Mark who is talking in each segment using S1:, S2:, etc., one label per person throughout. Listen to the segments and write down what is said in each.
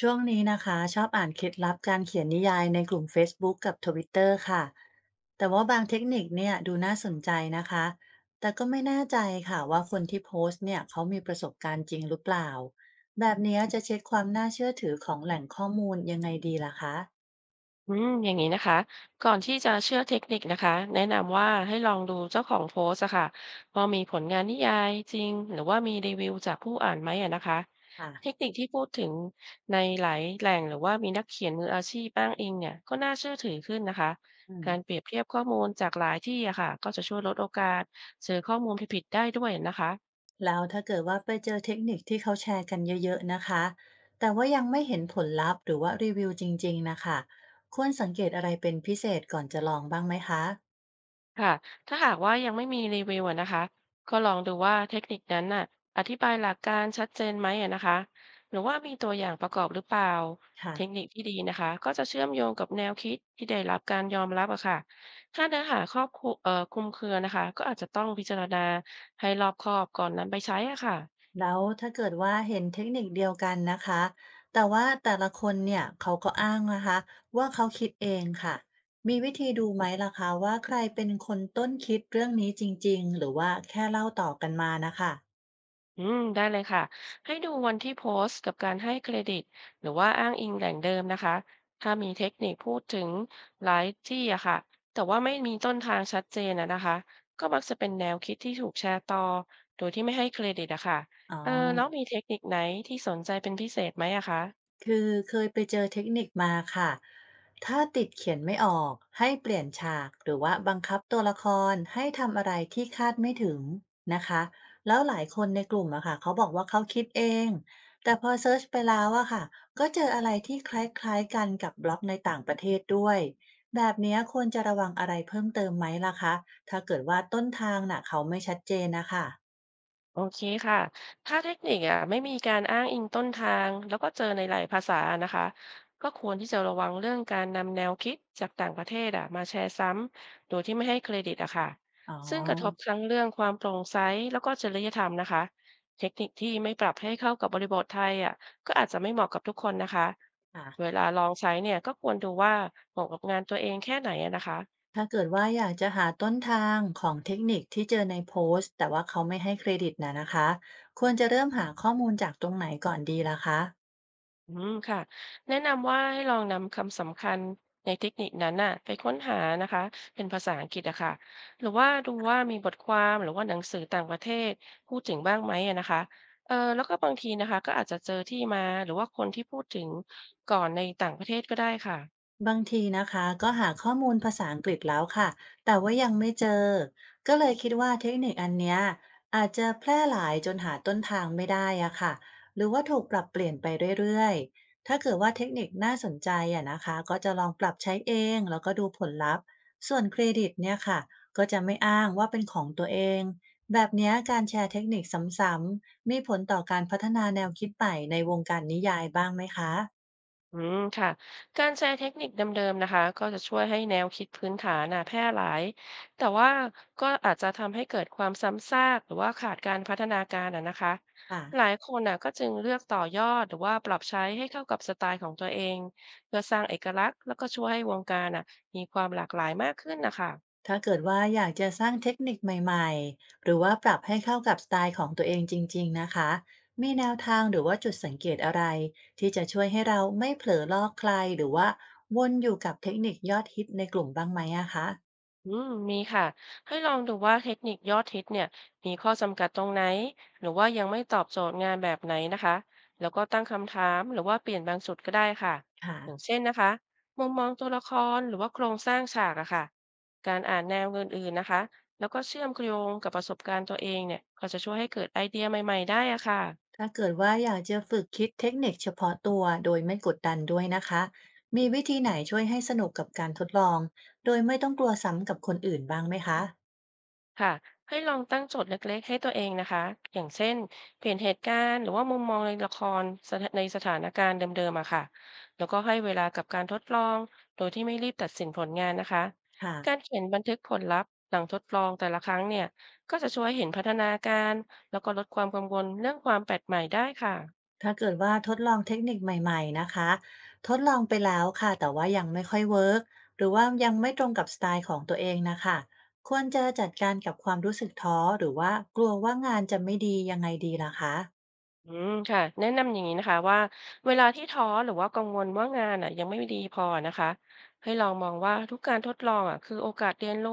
S1: ช่วงนี้นะคะชอบอ่านเคล็ดลับการเขียนนิยายในกลุ่ม Facebook กกับ Twitter ค่ะแต่ว่าบางเทคนิคเนี่ยดูน่าสนใจนะคะแต่ก็ไม่แน่ใจค่ะว่าคนที่โพสต์เนี่ยเขามีประสบการณ์จริงหรือเปล่าแบบเนี้ยจะเช็คความน่าเชื่อถือของแหล่งข้อมูลยังไงดีล่ะคะ
S2: อืมอย่างนี้นะคะก่อนที่จะเชื่อเทคนิคนะคะแนะนำว่าให้ลองดูเจ้าของโพสต์อะค่ะว่ามีผลงานนิยายจริงหรือว่ามีรีวิวจากผู้อ่านไหมอะนะคะเทค
S1: ค่ะ
S2: นิคที่พูดถึงในหลายแหล่งหรือว่ามีนักเขียนมืออาชีพอ้างอิงเนี่ยก็น่าเชื่อถือขึ้นนะคะ
S1: อืม
S2: การเปรียบเทียบข้อมูลจากหลายที่อะค่ะก็จะช่วยลดโอกาสเจอข้อมูลผิดๆได้ด้วยนะคะ
S1: แล้วถ้าเกิดว่าไปเจอเทคนิคที่เขาแชร์กันเยอะๆนะคะแต่ว่ายังไม่เห็นผลลัพธ์หรือว่ารีวิวจริงๆนะคะควรสังเกตอะไรเป็นพิเศษก่อนจะลองบ้างไหมคะ
S2: ค่ะถ้าหากว่ายังไม่มีรีวิวอะนะคะก็ลองดูว่าเทคนิคนั้นน่ะอธิบายหลักการชัดเจนไหมอะนะคะหรือว่ามีตัวอย่างประกอบหรือเปล่า
S1: ค่ะ
S2: เทคนิคที่ดีนะคะก็จะเชื่อมโยงกับแนวคิดที่ได้รับการยอมรับอะค่ะถ้าเนื้อหาครอบคลุเอ่อคลุมเครือนะคะก็อาจจะต้องพิจารณาให้รอบคอบก่อนนำไปใช้อะค่ะ
S1: แล้วถ้าเกิดว่าเห็นเทคนิคเดียวกันนะคะแต่ว่าแต่ละคนเนี่ยเขาก็อ้างนะคะว่าเขาคิดเองค่ะมีวิธีดูไหมล่ะคะว่าใครเป็นคนต้นคิดเรื่องนี้จริงๆหรือว่าแค่เล่าต่อกันมานะคะ
S2: อืมได้เลยค่ะ ให้ดูวันที่โพสต์กับการให้เครดิตหรือว่าอ้างอิงแหล่งเดิมนะคะ ถ้ามีเทคนิคพูดถึงหลายที่อะค่ะแต่ว่าไม่มีต้นทางชัดเจนอะนะคะ ก็มักจะเป็นแนวคิดที่ถูกแชร์ต่อโดยที่ไม่ให้เครดิตอะค่ะ
S1: อ๋อ
S2: เออ่แล้วมีเทคนิคไหนที่สนใจเป็นพิเศษไหมอะคะ
S1: คือเคยไปเจอเทคนิคมาค่ะถ้าติดเขียนไม่ออกให้เปลี่ยนฉากหรือว่าบังคับตัวละครให้ทำอะไรที่คาดไม่ถึงนะคะแล้วหลายคนในกลุ่มอะค่ะเขาบอกว่าเขาคิดเองแต่พอเซิร์ชไปแล้วอะค่ะก็เจออะไรที่คล้ายๆกันกับบล็อกในต่างประเทศด้วยแบบเนี้ยควรจะระวังอะไรเพิ่มเติมไหมล่ะคะถ้าเกิดว่าต้นทางน่ะเขาไม่ชัดเจนนะคะ
S2: โอเคค่ะถ้าเทคนิคอ่ะไม่มีการอ้างอิงต้นทางแล้วก็เจอในหลายภาษานะคะก็ควรที่จะระวังเรื่องการนำแนวคิดจากต่างประเทศอ่ะมาแชร์ซ้ำโดยที่ไม่ให้เครดิตอะค่ะ
S1: อ๋อ
S2: ซึ่งกระทบทั้งเรื่องความโปร่งใสแล้วก็จริยธรรมนะคะเทคนิคที่ไม่ปรับให้เข้ากับบริบทไทยอ่ะก็อาจจะไม่เหมาะกับทุกคนนะคะ
S1: ค่ะ
S2: เวลาลองใช้เนี่ยก็ควรดูว่าเหมาะกับงานตัวเองแค่ไหนอะนะคะ
S1: ถ้าเกิดว่าอยากจะหาต้นทางของเทคนิคที่เจอในโพสต์แต่ว่าเขาไม่ให้เครดิตนะนะคะควรจะเริ่มหาข้อมูลจากตรงไหนก่อนดีล่ะคะ
S2: อืมค่ะแนะนำว่าให้ลองนำคำสำคัญในเทคนิคนั้นน่ะไปค้นหานะคะเป็นภาษาอังกฤษอะค่ะหรือว่าดูว่ามีบทความหรือว่าหนังสือต่างประเทศพูดถึงบ้างไหมอะนะคะเออแล้วก็บางทีนะคะก็อาจจะเจอที่มาหรือว่าคนที่พูดถึงก่อนในต่างประเทศก็ได้ค่ะ
S1: บางทีนะคะก็หาข้อมูลภาษาอังกฤษแล้วค่ะแต่ว่ายังไม่เจอก็เลยคิดว่าเทคนิคอันเนี้ยอาจจะแพร่หลายจนหาต้นทางไม่ได้อะค่ะหรือว่าถูกปรับเปลี่ยนไปเรื่อยๆถ้าเกิดว่าเทคนิคน่าสนใจอะนะคะก็จะลองปรับใช้เองแล้วก็ดูผลลัพธ์ส่วนเครดิตเนี่ยค่ะก็จะไม่อ้างว่าเป็นของตัวเองแบบเนี้ยการแชร์เทคนิคซ้ำๆมีผลต่อการพัฒนาแนวคิดใหม่ในวงการนิยายบ้างไหมคะ
S2: อืมค่ะการใช้เทคนิคเดิมๆนะคะก็จะช่วยให้แนวคิดพื้นฐานน่ะแพร่หลายแต่ว่าก็อาจจะทำให้เกิดความซ้ำซากหรือว่าขาดการพัฒนาการอ่ะนะคะ
S1: ค่ะ
S2: หลายคนน่ะก็จึงเลือกต่อยอดหรือว่าปรับใช้ให้เข้ากับสไตล์ของตัวเองเพื่อสร้างเอกลักษณ์แล้วก็ช่วยให้วงการน่ะมีความหลากหลายมากขึ้นนะคะ
S1: ถ้าเกิดว่าอยากจะสร้างเทคนิคใหม่ๆหรือว่าปรับให้เข้ากับสไตล์ของตัวเองจริงๆนะคะมีแนวทางหรือว่าจุดสังเกตอะไรที่จะช่วยให้เราไม่เผลอลอกใครหรือว่าวนอยู่กับเทคนิคยอดฮิตในกลุ่มบ้างไหมอะคะ
S2: อืมมีค่ะให้ลองดูว่าเทคนิคยอดฮิตเนี่ยมีข้อจำกัดตรงไหนหรือว่ายังไม่ตอบโจทย์งานแบบไหนนะคะแล้วก็ตั้งคำถามหรือว่าเปลี่ยนบางจุดก็ได้ค่ะ
S1: ค่ะ
S2: อย่างเช่นนะคะมุมมองตัวละครหรือว่าโครงสร้างฉากอะค่ะการอ่านแนวอื่นๆนะคะแล้วก็เชื่อมโยงกับประสบการณ์ตัวเองเนี่ยก็จะช่วยให้เกิดไอเดียใหม่ๆได้อะค่ะ
S1: ถ้าเกิดว่าอยากจะฝึกคิดเทคนิคเฉพาะตัวโดยไม่กดดันด้วยนะคะมีวิธีไหนช่วยให้สนุกกับการทดลองโดยไม่ต้องกลัวซ้ำกับคนอื่นบ้างไหมคะ
S2: ค่ะให้ลองตั้งโจทย์เล็กๆให้ตัวเองนะคะอย่างเช่นเปลี่ยนเหตุการณ์หรือว่ามุมมองในละครสถในสถานการณ์เดิมๆอะค่ะแล้วก็ให้เวลากับการทดลองโดยที่ไม่รีบตัดสินผลงานนะคะกา
S1: ค่ะ
S2: รเขียนบันทึกผลลัพธ์หลังทดลองแต่ละครั้งเนี่ยก็จะช่วยเห็นพัฒนาการแล้วก็ลดความกังวลเรื่องความแปลกใหม่ได้ค่ะ
S1: ถ้าเกิดว่าทดลองเทคนิคใหม่ๆนะคะทดลองไปแล้วค่ะแต่ว่ายังไม่ค่อยเวิร์กหรือว่ายังไม่ตรงกับสไตล์ของตัวเองนะคะควรจะจัดการกับความรู้สึกท้อหรือว่ากลัวว่างานจะไม่ดียังไงดีล่ะคะ
S2: อืมค่ะแนะนำอย่างนี้นะคะว่าเวลาที่ท้อหรือว่ากังวลว่างานอ่ะยังไม่ดีพอนะคะให้ลองมองว่าทุกการทดลองอ่ะคือโอกาสเรียนรู้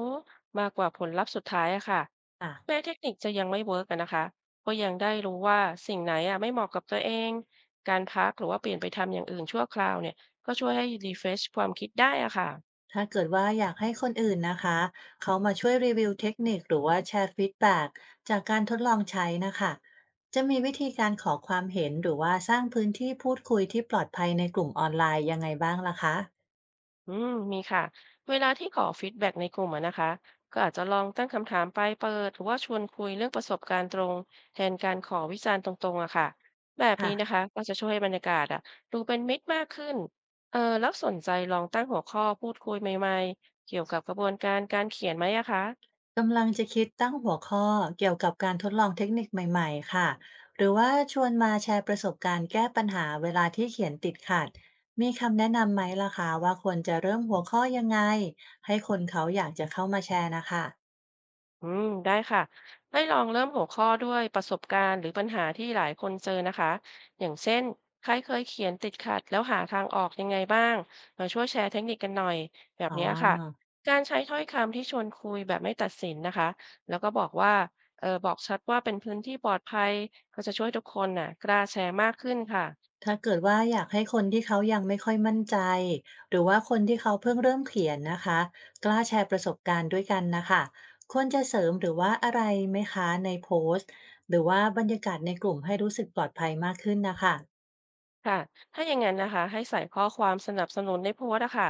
S2: มากกว่าผลลัพธ์สุดท้ายอะค่ะ
S1: อ่ะ
S2: แม้เทคนิคจะยังไม่เวิร์กอะนะคะก็ยังได้รู้ว่าสิ่งไหนอ่ะไม่เหมาะกับตัวเองการพักหรือว่าเปลี่ยนไปทำอย่างอื่นชั่วคราวเนี่ยก็ช่วยให้รีเฟรชความคิดได้อะค่ะ
S1: ถ้าเกิดว่าอยากให้คนอื่นนะคะเขามาช่วยรีวิวเทคนิคหรือว่าแชร์ฟีดแบ็กจากการทดลองใช้นะคะจะมีวิธีการขอความเห็นหรือว่าสร้างพื้นที่พูดคุยที่ปลอดภัยในกลุ่มออนไลน์ยังไงบ้างล่ะคะ
S2: อืมมีค่ะเวลาที่ขอฟีดแบ็กในกลุ่มอะนะคะก็อาจจะลองตั้งคำถามปลายเปิดหรือว่าชวนคุยเรื่องประสบการณ์ตรงแทนการขอวิจารณ์ตรงๆอะค่ะแบบนี้นะ
S1: ค่ะ
S2: คะก็จะช่วยให้บรรยากาศอะดูเป็นมิตรมากขึ้นเออแล้วสนใจลองตั้งหัวข้อพูดคุยใหม่ๆเกี่ยวกับกระบวนการการเขียนไหมอะคะ
S1: กำลังจะคิดตั้งหัวข้อเกี่ยวกับการทดลองเทคนิคใหม่ๆ ค่ะ หรือว่าชวนมาแชร์ประสบการณ์แก้ปัญหาเวลาที่เขียนติดขัด มีคำแนะนำไหมล่ะคะว่าควรจะเริ่มหัวข้อยังไงให้คนเขาอยากจะเข้ามาแชร์นะคะ
S2: อืมได้ค่ะให้ลองเริ่มหัวข้อด้วยประสบการณ์หรือปัญหาที่หลายคนเจอนะคะ อย่างเช่นใครเคยเขียนติดขัดแล้วหาทางออกยังไงบ้างมาช่วยแชร์เทคนิคกันหน่อยแบบ
S1: อ๋อ
S2: เนี้ยค่ะ การใช้ถ้อยคำที่ชวนคุยแบบไม่ตัดสินนะคะ แล้วก็บอกว่าเออบอกชัดว่าเป็นพื้นที่ปลอดภัยก็จะช่วยทุกคนน่ะกล้าแชร์มากขึ้นค่ะ
S1: ถ้าเกิดว่าอยากให้คนที่เขายังไม่ค่อยมั่นใจหรือว่าคนที่เขาเพิ่งเริ่มเขียนนะคะกล้าแชร์ประสบการณ์ด้วยกันนะคะควรจะเสริมหรือว่าอะไรไหมคะในโพสต์หรือว่าบรรยากาศในกลุ่มให้รู้สึกปลอดภัยมากขึ้นนะคะ
S2: ค่ะถ้าอย่างนั้นนะคะให้ใส่ข้อความสนับสนุนในโพสต์อะค่ะ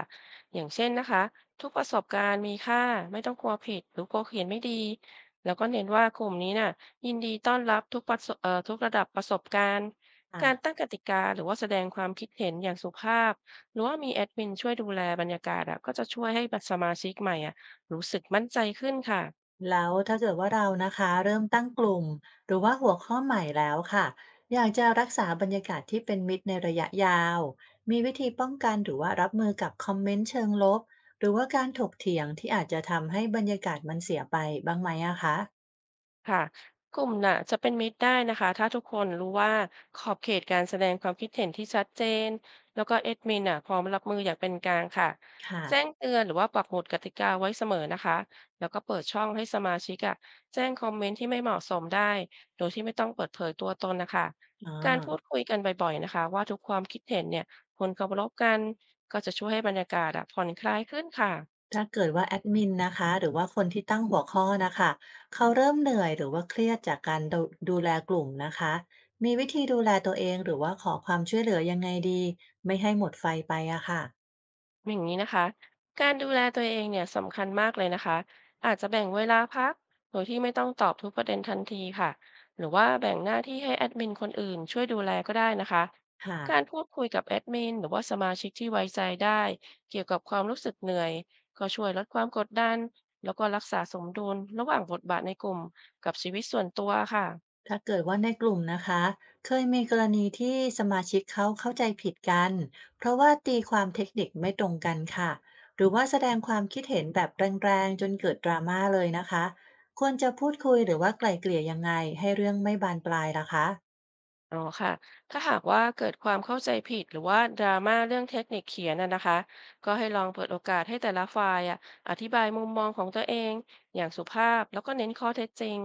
S2: อย่างเช่นนะคะทุกประสบการณ์มีค่าไม่ต้องกลัวผิดหรือกลัวเขียนไม่ดีแล้วก็เน้นว่ากลุ่มนี้น่ะยินดีต้อนรับทุกระดับประสบการณ์การตั้งกติกาหรือว่าแสดงความคิดเห็นอย่างสุภาพหรือว่ามีแอดมินช่วยดูแลบรรยากาศอะก็จะช่วยให้สมาชิกใหม่อะรู้สึกมั่นใจขึ้นค่ะ
S1: แล้วถ้าเกิดว่าเรานะคะเริ่มตั้งกลุ่มหรือว่าหัวข้อใหม่แล้วค่ะอยากจะรักษาบรรยากาศที่เป็นมิตรในระยะยาวมีวิธีป้องกันหรือว่ารับมือกับคอมเมนต์เชิงลบหรือว่าการถกเถียงที่อาจจะทำให้บรรยากาศมันเสียไปบ้างไหมอะคะ
S2: ค่ะกลุ่มน่ะจะเป็นมิตรได้นะคะถ้าทุกคนรู้ว่าขอบเขตการแสดงความคิดเห็นที่ชัดเจนแล้วก็เอดมินน่ะพร้อมรับมืออย่างเป็นกลางค่ะ
S1: ค่ะ
S2: แจ้งเตือนหรือว่าปักหมุดกติกาไว้เสมอนะคะแล้วก็เปิดช่องให้สมาชิกอะแจ้งคอมเมนต์ที่ไม่เหมาะสมได้โดยที่ไม่ต้องเปิดเผยตัวตนนะคะ
S1: อ๋อ
S2: การพูดคุยกันบ่อยๆนะคะว่าทุกความคิดเห็นเนี่ยคนเคารพกันก็จะช่วยให้บรรยากาศอะผ่อนคลายขึ้นค่ะ
S1: ถ้าเกิดว่าแอดมินนะคะหรือว่าคนที่ตั้งหัวข้อนะคะเขาเริ่มเหนื่อยหรือว่าเครียดจากการดูแลกลุ่มนะคะมีวิธีดูแลตัวเองหรือว่าขอความช่วยเหลือยังไงดีไม่ให้หมดไฟไปอะค่ะ
S2: อย่างนี้นะคะการดูแลตัวเองเนี่ยสำคัญมากเลยนะคะอาจจะแบ่งเวลาพักโดยที่ไม่ต้องตอบทุกประเด็นทันทีค่ะหรือว่าแบ่งหน้าที่ให้แอดมินคนอื่นช่วยดูแลก็ได้นะคะการ
S1: ค่ะ
S2: พูดคุยกับแอดมินหรือว่าสมาชิกที่ไว้ใจได้เกี่ยวกับความรู้สึกเหนื่อยก็ช่วยลดความกดดันแล้วก็รักษาสมดุลระหว่างบทบาทในกลุ่มกับชีวิตส่วนตัวค่ะ
S1: ถ้าเกิดว่าในกลุ่มนะคะเคยมีกรณีที่สมาชิกเขาเข้าใจผิดกันเพราะว่าตีความเทคนิคไม่ตรงกันค่ะหรือว่าแสดงความคิดเห็นแบบแรงๆจนเกิดดราม่าเลยนะคะควรจะพูดคุยหรือว่าไกล่เกลี่ยยังไงให้เรื่องไม่บานปลายล่ะคะ
S2: อ๋อค่ะถ้าหากว่าเกิดความเข้าใจผิดหรือว่าดราม่าเรื่องเทคนิคเขียนน่ะนะคะก็ให้ลองเปิดโอกาสให้แต่ละฝ่ายอ่ะอธิบายมุมมองของตัวเองอย่างสุภาพแล้วก็เน้นข้อเท็จจริง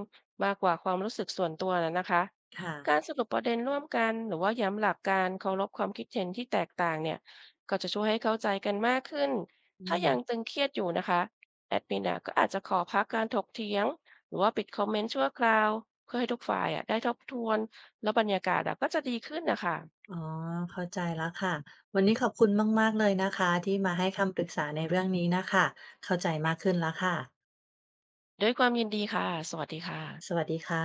S2: มากกว่าความรู้สึกส่วนตัวน่ะนะคะ
S1: ค่ะ
S2: การสรุปประเด็นร่วมกันหรือว่าย้ำหลักการเคารพความคิดเห็นที่แตกต่างเนี่ยก็จะช่วยให้เข้าใจกันมากขึ้น
S1: อื
S2: ถ้า
S1: ม
S2: ยังตึงเครียดอยู่นะคะแอดมินอ่ะก็อาจจะขอพักการถกเถียงหรือว่าปิดคอมเมนต์ชั่วคราวเพื่อให้ทุกฝ่ายอ่ะได้ทบทวน แล้วบรรยากาศอะก็จะดีขึ้นนะคะ
S1: อ๋อเข้าใจแล้วค่ะ วันนี้ขอบคุณมากๆเลยนะคะที่มาให้คำปรึกษาในเรื่องนี้น่ะค่ะเข้าใจมากขึ้นแล้วค่ะ
S2: ด้วยความยินดีค่ะ สวัสดีค่ะ
S1: สวัสดีค่ะ